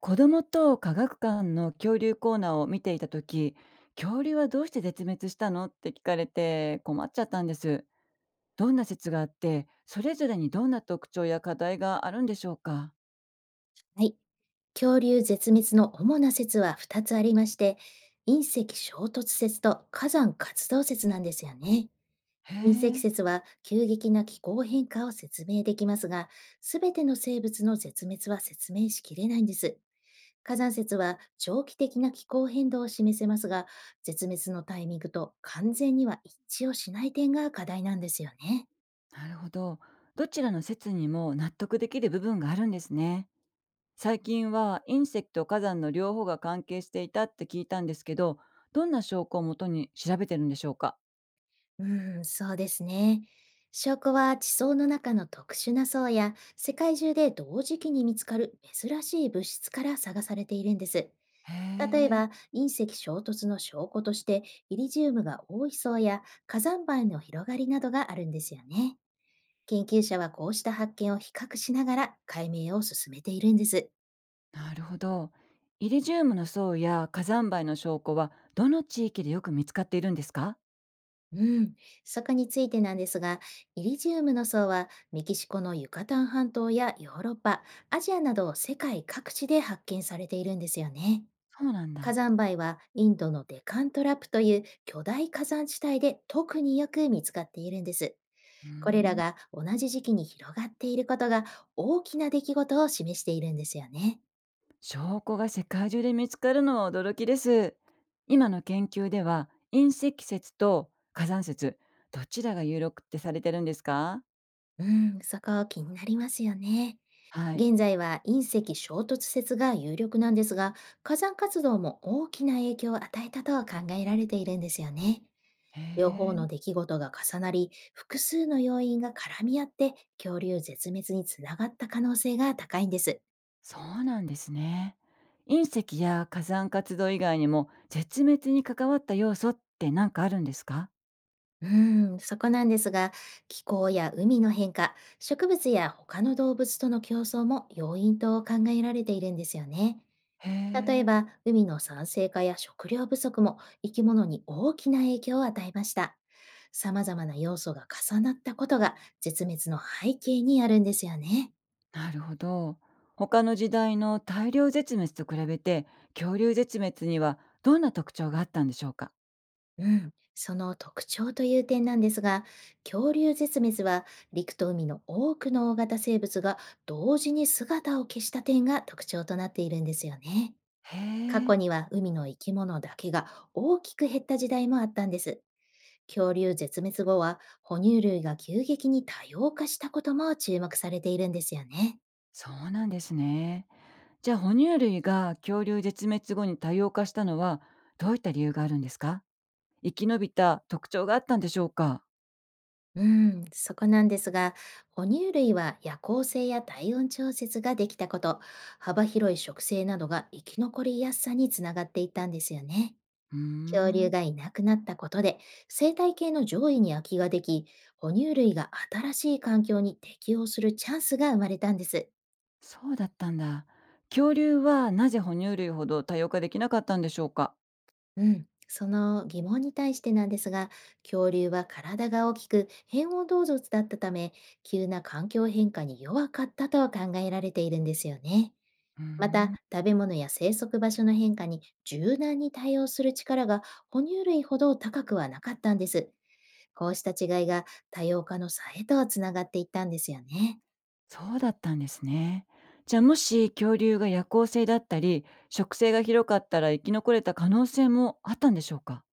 子供と科学館の恐竜コーナーを見ていた時、恐竜はどうして絶滅したのって聞かれて困っちゃったんです。どんな説があって、それぞれにどんな特徴や課題があるんでしょうか？はい。恐竜絶滅の主な説は2つありまして、隕石衝突説と火山活動説なんですよね。へ隕石え。説は急激な気候変化を説明できますが、すべての生物の絶滅は説明しきれないんです。火山説は長期的な気候変動を示せますが、絶滅のタイミングと完全には一致をしない点が課題なんですよね。なるほど、どちらの説にも納得できる部分があるんですね。最近は隕石と火山の両方が関係していたって聞いたんですけど、どんな証拠をもとに調べてるんでしょうか？うん、そうですね。証拠は地層の中の特殊な層や世界中で同時期に見つかる珍しい物質から探されているんです。へ例ええ。ば、隕石衝突の証拠として、イリジウムが多い層や火山灰の広がりなどがあるんですよね。研究者はこうした発見を比較しながら解明を進めているんです。なるほど。イリジウムの層や火山灰の証拠はどの地域でよく見つかっているんですか？うん、坂についてなんですが、イリジウムの層はメキシコのユカタン半島やヨーロッパ、アジアなど世界各地で発見されているんですよね。そうなん火だ。山灰はインドのデカントラップという巨大火山地帯で特によく見つかっているんです。うーこれらん。が同じ時期に広がっていることが、大きな出来事を示しているんですよね。証拠が世界中で見つかるのは驚きです。今の研究では隕石説と火山説、どちらが有力ってされてるんですか？うん、そこ気になりますよね。はい。現在は隕石衝突説が有力なんですが、火山活動も大きな影響を与えたと考えられているんですよね。へ両方え、の出来事が重なり、複数の要因が絡み合って恐竜絶滅につながった可能性が高いんです。そうなんですね。隕石や火山活動以外にも絶滅に関わった要素って何かあるんですか？うーん、そこなんですが、気候や海の変化、植物や他の動物との競争も要因と考えられているんですよね。へ例ええ。ば、海の酸性化や食料不足も生き物に大きな影響を与えました。様々な要素が重なったことが絶滅の背景にあるんですよね。なるほど。他の時代の大量絶滅と比べて、恐竜絶滅にはどんな特徴があったんでしょうか？うん、その特徴という点なんですが、恐竜絶滅は、陸と海の多くの大型生物が同時に姿を消した点が特徴となっているんですよね。へ過去え、には海の生き物だけが大きく減った時代もあったんです。恐竜絶滅後は哺乳類が急激に多様化したことも注目されているんですよね。そうなんですね。じゃあ哺乳類が恐竜絶滅後に多様化したのはどういった理由があるんですか？生き延びた特徴があったんでしょうか？うん、そこなんですが、哺乳類は夜行性や体温調節ができたこと、幅広い食性などが生き残りやすさにつながっていったんですよね。うー恐竜ん、がいなくなったことで、生態系の上位に空きができ、哺乳類が新しい環境に適応するチャンスが生まれたんです。そうだったんだ。恐竜はなぜ哺乳類ほど多様化できなかったんでしょうか？うん、その疑問に対してなんですが、恐竜は体が大きく変温動物だったため、急な環境変化に弱かったと考えられているんですよね。うーまた、ん、食べ物や生息場所の変化に柔軟に対応する力が哺乳類ほど高くはなかったんです。こうした違いが多様化の差へとつながっていったんですよね。そうだったんですね。じゃあもし恐竜が夜行性だったり、食性が広かったら生き残れた可能性もあったんでしょうか？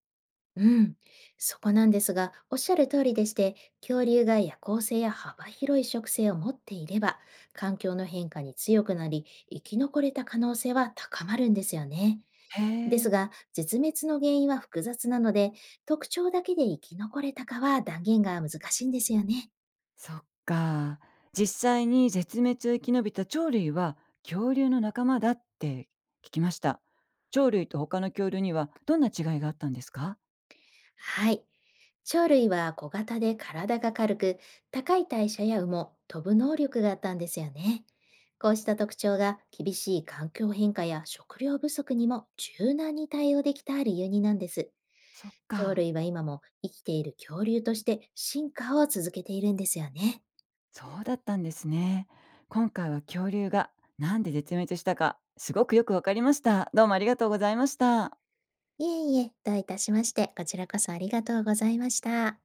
うん、そこなんですが、おっしゃる通りでして、恐竜が夜行性や幅広い食性を持っていれば、環境の変化に強くなり、生き残れた可能性は高まるんですよね。へでえ、すが、絶滅の原因は複雑なので、特徴だけで生き残れたかは断言が難しいんですよね。そっか。実際に絶滅を生き延びた鳥類は恐竜の仲間だって聞きました。鳥類と他の恐竜にはどんな違いがあったんですか？はい。鳥類は小型で体が軽く、高い代謝や羽毛、飛ぶ能力があったんですよね。こうした特徴が厳しい環境変化や食料不足にも柔軟に対応できた理由になんです。そっ鳥か。類は今も生きている恐竜として進化を続けているんですよね。そうだったんですね。今回は恐竜がなんで絶滅したか、すごくよくわかりました。どうもありがとうございました。いえいえ、どういたしまして、こちらこそありがとうございました。